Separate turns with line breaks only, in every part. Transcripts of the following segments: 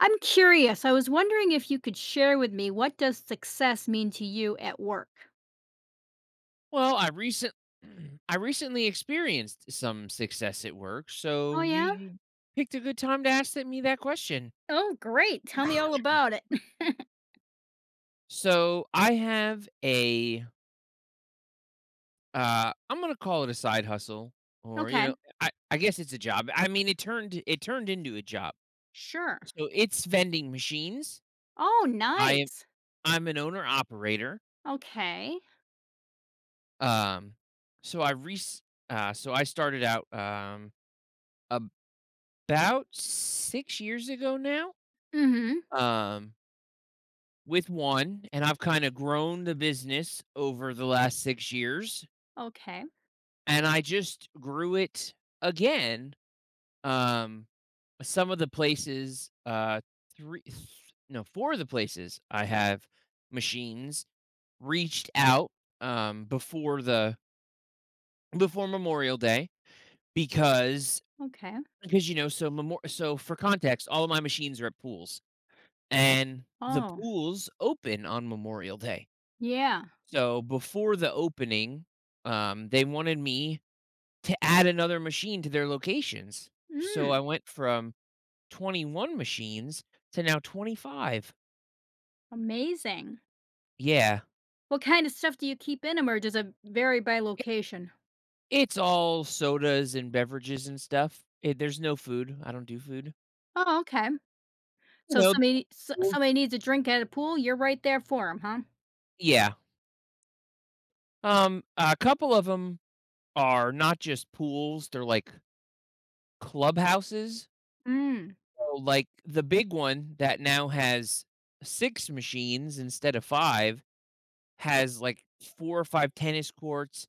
I'm curious. I was wondering if you could share with me, what does success mean to you at work?
Well, I recent I recently experienced some success at work, so
Oh, yeah?
you picked a good time to ask that question.
Oh, great. Tell me all about it.
So I have a I'm gonna call it a side hustle or
Okay.
I guess it's a job. I mean it turned into a job.
Sure.
So it's vending machines.
Oh,
I am
nice.
I'm an owner operator.
Okay.
Um so I re- so I started out about 6 years ago now.
Mhm.
Um with one, and I've kind of grown the business over the last 6 years,
Okay.
and I just grew it again. Um, some of the places, three, th- no, four of the places I have machines reached out before the before Memorial Day because
Okay.
because so for context, all of my machines are at pools, and the
Oh,
pools open on Memorial Day.
yeah.
So before the opening, they wanted me to add another machine to their locations. So
Mm,
I went from 21 machines to now 25.
amazing.
Yeah.
What kind of stuff do you keep in 'em, or does it vary by
I-
location?
It's all sodas and beverages and stuff. There's no food. I don't do food.
Oh, okay.
You
So
know,
somebody s
pool-
somebody needs a drink at a pool, you're right there for 'em, huh?
yeah. A couple of them are not just pools, they're like clubhouses.
Mm.
So like the big one that now has six machines instead of five has like four or five tennis courts.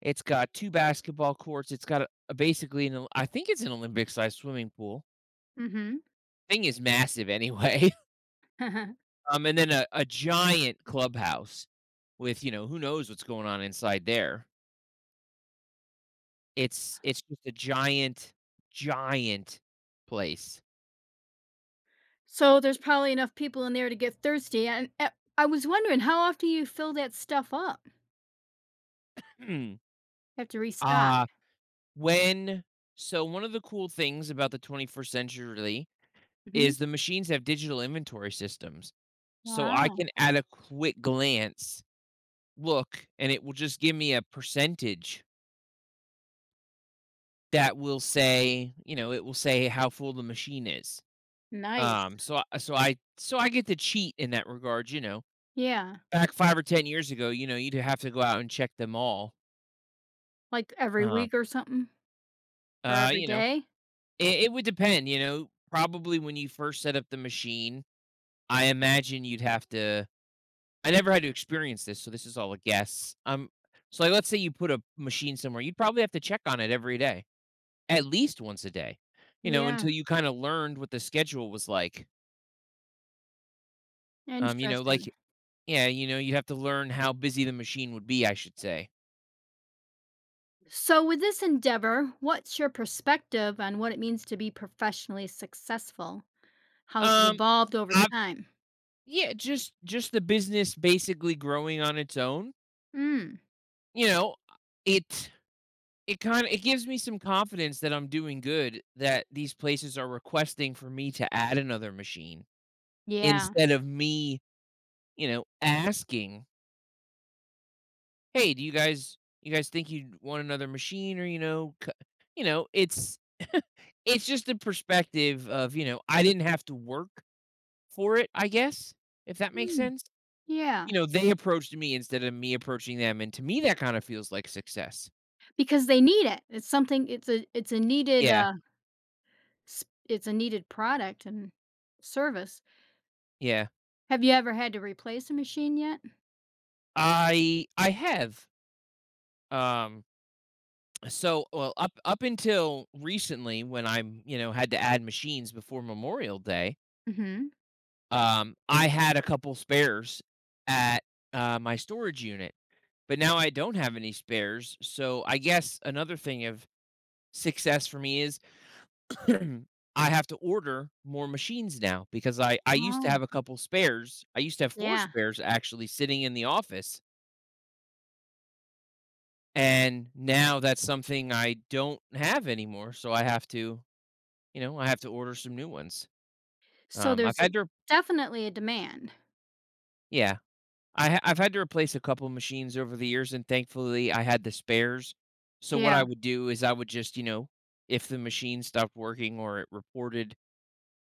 It's got two basketball courts. It's got a basically an I think it's an Olympic sized swimming pool.
Mhm.
Thing is massive anyway. And then a giant clubhouse with you know who knows what's going on inside there. It's just a giant, giant place.
So there's probably enough people in there to get thirsty, and I was wondering how often you fill that stuff up? Have to restock?
uh when so one of the cool things about the 21st century
Mhm.
is the machines have digital inventory systems. So I can
Wow,
at a quick glance look and it will just give me a percentage that will say, you know, it will say how full the machine is.
nice.
So I get to cheat in that regard, you know.
Yeah,
Back 5 or 10 years ago, you know, you'd have to go out and check them all.
like every
Um
week or something? Or every
you know,
day?
it would depend, you know, probably when you first set up the machine, I imagine you'd have to I never had to experience this, so this is all a guess. So like, let's say you put a machine somewhere, you'd probably have to check on it every day, at least once a day, you know,
Yeah,
until you kind of learned what the schedule was like. You know, like
interesting.
yeah, you know, you'd have to learn how busy the machine would be, I should say.
So with this endeavor, what's your perspective on what it means to be professionally successful? How has it
Um,
evolved over
I,
time?
yeah, just the business basically growing on its own.
Mm,
You know, it it kind of it gives me some confidence that I'm doing good that these places are requesting for me to add another machine
yeah.
instead of me, you know, asking, "Hey, do you guys think you'd want another machine?" Or, you know, it's just a perspective of, you know, I didn't have to work for it, I guess, if that makes
Mm,
sense.
yeah,
You know, they approached me instead of me approaching them, and to me, that kinda feels like success.
because they need it. It's something, it's a needed,
Yeah,
s- it's a needed product and service.
yeah.
Have you ever had to replace a machine yet?
I have, um, so, well, up until recently when I'm, you know, had to add machines before Memorial Day.
Mhm.
I had a couple spares at, my storage unit, but now I don't have any spares, so I guess another thing of success for me is I have to order more machines now because I used to
Oh,
have a couple spares. I used to have 4
yeah.
spares actually sitting in the office, and now that's something I don't have anymore, so I have to, you know, I have to order some new ones.
So
I've
there's a,
had to
definitely a demand.
Yeah. I've had to replace a couple machines over the years, and thankfully, I had the spares. So what I
Yeah.
would do is I would just, you know, if the machine stopped working or it reported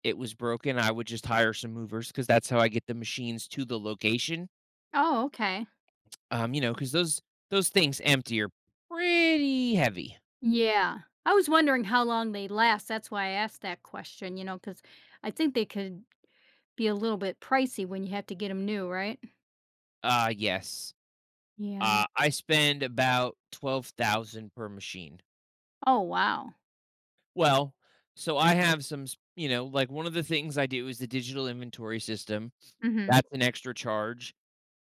it was broken, I would just hire some movers because that's how I get the machines to the location.
Oh, okay.
You know, because those things empty are pretty heavy.
Yeah. I was wondering how long they last. That's why I asked that question, you know, because I think they could be a little bit pricey when you have to get them new, right?
Yes.
Yeah.
I spend about 12,000 per machine.
Oh, wow.
Well, so I have some, s you know, like, one of the things I do is the digital inventory system.
Mhm.
That's an extra charge.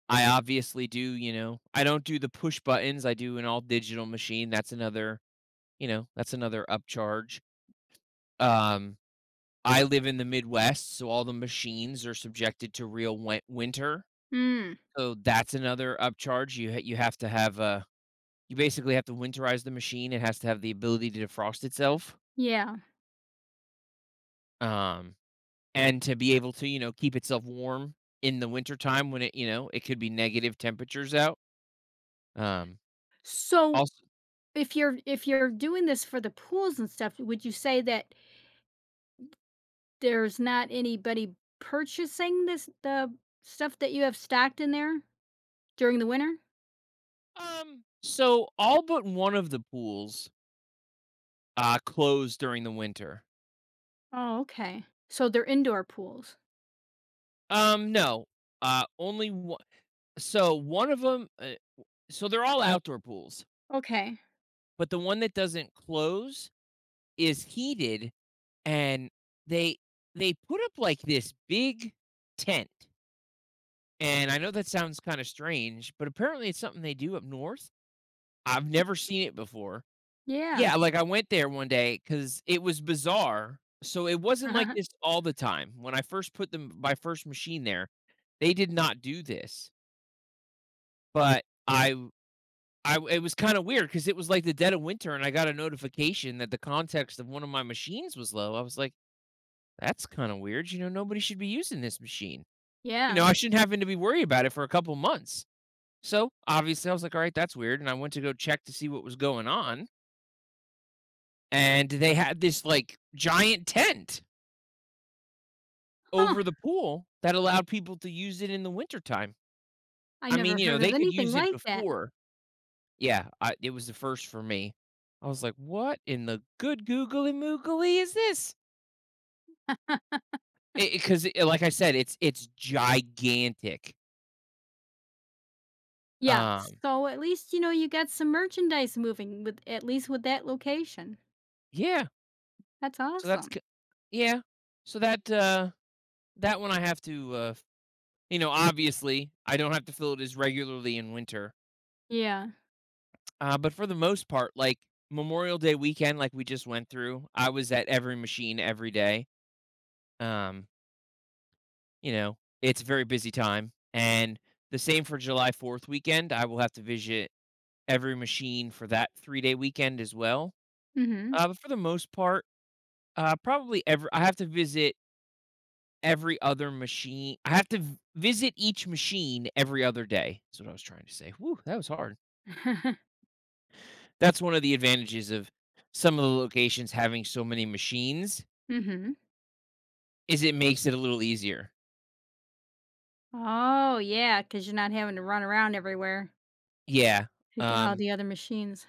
I obviously do, you know, I don't do the push buttons, I do an all digital machine, that's another, you know, that's another upcharge. Um, I live in the Midwest, so all the machines are subjected to real winter,
Mm,
so that's another upcharge. You have to have a you basically have to winterize the machine, it has to have the ability to defrost itself,
yeah.
um, and to be able to, you know, keep itself warm in the wintertime when it you know, it could be negative temperatures out. Um,
So
also
if you're doing this for the pools and stuff, would you say that there's not anybody purchasing this, the stuff that you have stacked in there during the winter?
So all but one of the pools closed during the winter.
Oh, okay. So they're indoor pools.
No. Only one so One of them so they're all outdoor pools,
Okay.
but the one that doesn't close is heated and they they put up like this big tent. And I know that sounds kind of strange, but apparently it's something they do up north. I've
Y
never seen it before.
Yeah.
Yeah, like, I went there one day because it was bizarre. So, it wasn't like this all the time. When I first put them my first machine there, they did not do this, but it was kinda weird because it was like the dead of winter, and I got a notification that the context of one of my machines was low. I was like, "That's kinda weird," you know, "Nobody should be using this machine." You know,
Yeah.
I shouldn't have to be worried about it for a couple months. So, obviously, I was like, "Alright, that's weird," and I went to go check to see what was going on, and they had this, like, giant tent
Huh,
over the pool that allowed people to use it in the wintertime.
I
I
never
mean, you know,
heard of
they could
anything
use it
like that.
before. Yeah, I it was the first for me. I was like, "What in the good googly moogly is this?" Because, like I said, it's gigantic.
Yeah,
Um,
so at least, you know, you got some merchandise moving with, at least with that location.
yeah,
That's
so that's
awesome.
k yeah. So that, that one I have to, you know, obviously, I don't have to fill it as regularly in winter.
Yeah.
But for the most part, like Memorial Day weekend, like we just went through, I was at every machine every day. Um, you know, it's a very busy time. And the same for July 4th weekend. I will have to visit every machine for that 3 day weekend as well.
Mhm.
But for the most part, I have to visit every other machine. I have to visit each machine every other day. That's what I was trying to say. Whew, that was hard. That's one of the advantages of some of the locations having so many machines
Mhm.
is it makes it a little easier.
Oh, yeah, because 'cause you're not having to run around everywhere
Yeah.
to get all
Um,
the other machines.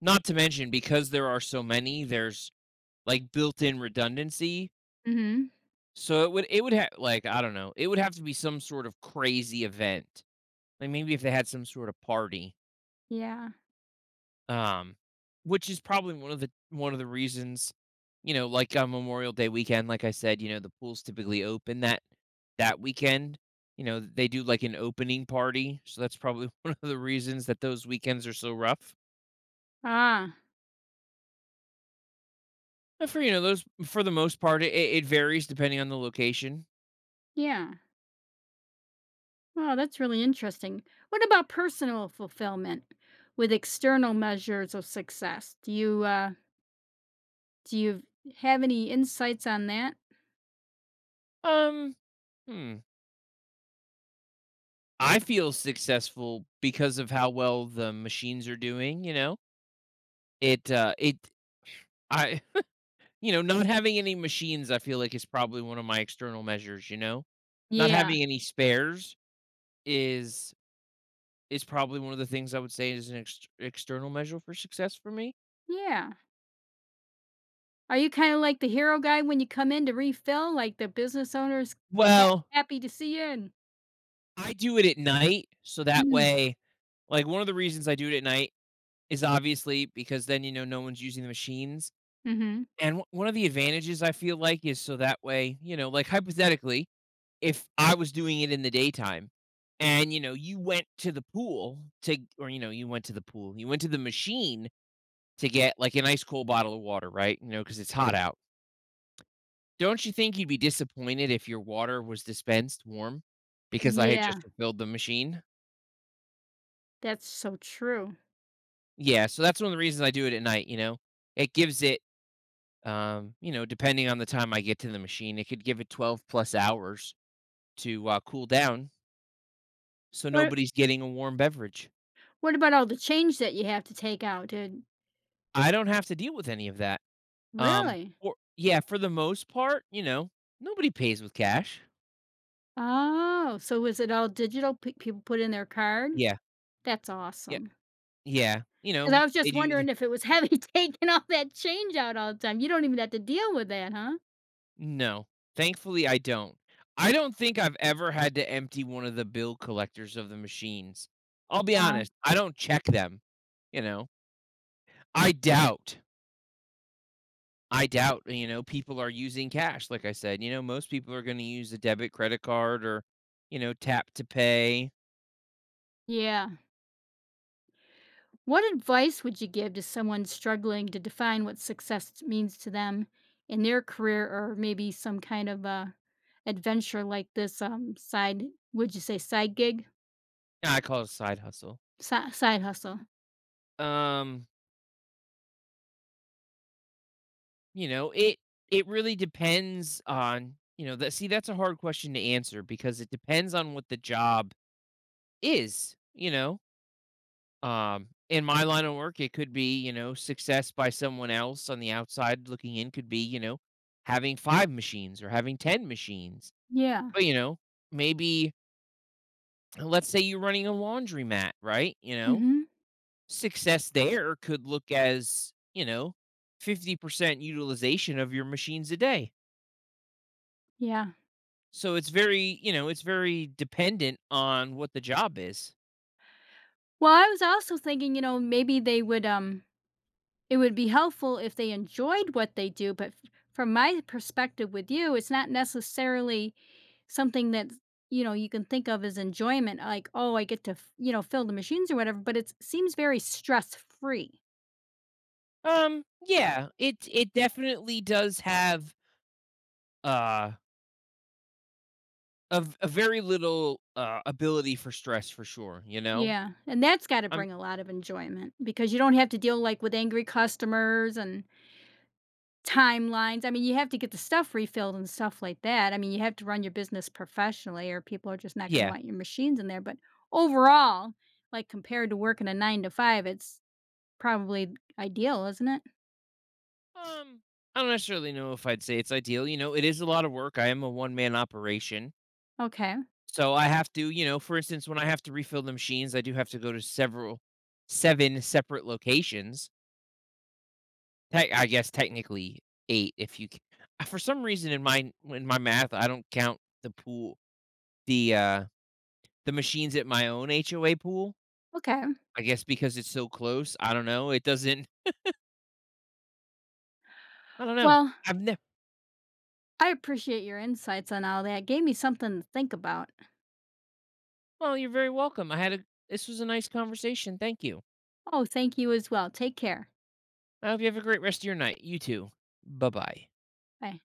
Not to mention because there are so many, there's like built-in redundancy.
Mhm.
So it would have like I don't know, it would have to be some sort of crazy event. Like maybe if they had some sort of party,
Yeah.
um, which is probably one of the reasons, you know, like on Memorial Day weekend, like I said, you know, the pool's typically open that weekend. You know, they do like an opening party, so that's probably one of the reasons that those weekends are so rough.
Ah,
For you know those, for the most part, it varies depending on the location.
yeah. Wow, that's really interesting. What about personal fulfillment with external measures of success? Do you have any insights on that?
Um, hmm. I feel successful because of how well the machines are doing. You know, it, uh, it, I, you know, not having any machines, I feel like is probably one of my external measures. You know, not
Yeah.
having any spares is is probably one of the things I would say is an external measure for success for me.
Yeah. Are you kind of like the hero guy when you come in to refill, like, the business owners
Well,
happy to see you and—
I do it at night, so that
Mhm.
way, like one of the reasons I do it at night is obviously because then you know no one's using the machines.
Mhm.
And one of the advantages I feel like is so that way, you know, like hypothetically, if I was doing it in the daytime and you know you went to the pool to or you know you went to the pool, you went to the machine to get like an ice cold bottle of water, right? You know, cuz it's hot out. Don't you think you'd be disappointed if your water was dispensed warm because I had just
Yeah,
refilled the machine?
that's so true.
Yeah, so that's one of the reasons I do it at night, you know. It gives it You know, depending on the time I get to the machine, it could give it 12 plus hours to cool down, so
What
nobody's getting a warm beverage.
what about all the change that you have to take out? Did—
I don't have to deal with any of that.
really?
Or Yeah, for the most part, you know, nobody pays with cash.
Oh, so was it all digital? Pe People put in their card?
Yeah,
That's
yeah,
awesome. Awesome.
yeah. You
'Cause I
know,
was
they
just
do.
wondering if it was heavy taking all that change out all the time. You don't even have to deal with that, huh?
No, thankfully, I don't. I don't think I've ever had to empty one of the bill collectors of the machines. I'll be
Wow.
honest, I don't check them. You know, I doubt I doubt, you know, people are using cash, like I said. You know, most people are gonna use a debit, credit card, or, you know, tap to pay.
Yeah. What advice would you give to someone struggling to define what success means to them in their career, or maybe some kind of a adventure like this, side, would you say side gig?
I call it a side hustle.
Side hustle.
Um, you know, it really depends on, you know, that's a hard question to answer because it depends on what the job is, you know. In my line of work, it could be, you know, success by someone else on the outside looking in could be, you know, having 5 machines or having 10 machines.
Yeah.
But, you know, maybe let's say you're running a laundromat, right? You know,
Mhm.
success there could look as, you know, 50% utilization of your machines a day.
Yeah.
So it's very, you know, it's very dependent on what the job is.
Well, I was also thinking, you know, maybe they would it would be helpful if they enjoyed what they do. But, from my perspective with you, it's not necessarily something that, you know, you can think of as enjoyment, like, oh, I get to you know, fill the machines or whatever, but it seems very stress free.
Yeah, it definitely does have uh a, a very little ability for stress for sure, you know.
Yeah, and that's got to
I'm
bring a lot of enjoyment, because you don't have to deal, like, with angry customers and timelines. I mean, you have to get the stuff refilled and stuff like that. I mean, you have to run your business professionally or people are just not gonna
Yeah.
want your machines in there. But overall, like, compared to working a 9 to 5, it's probably ideal, isn't it?
Um I don't necessarily know if I'd say it's ideal, you know, it is a lot of work. I am a one man operation.
Okay,
So I have to, you know, for instance, when I have to refill the machines, I do have to go to several 7 separate locations. Tech I guess technically 8 if you c for some reason in my math, I don't count the pool, the, uh, the machines at my own HOA pool.
okay.
I guess because it's so close, I don't know, it doesn't I don't know.
Well,
I've never.
I appreciate your insights on all that, gave me something to think about.
Well, you're very welcome. I had a This was a nice conversation, thank you.
Oh, thank you as well. Take care.
I hope you have a great rest of your night. You too. Bye-bye.
Bye.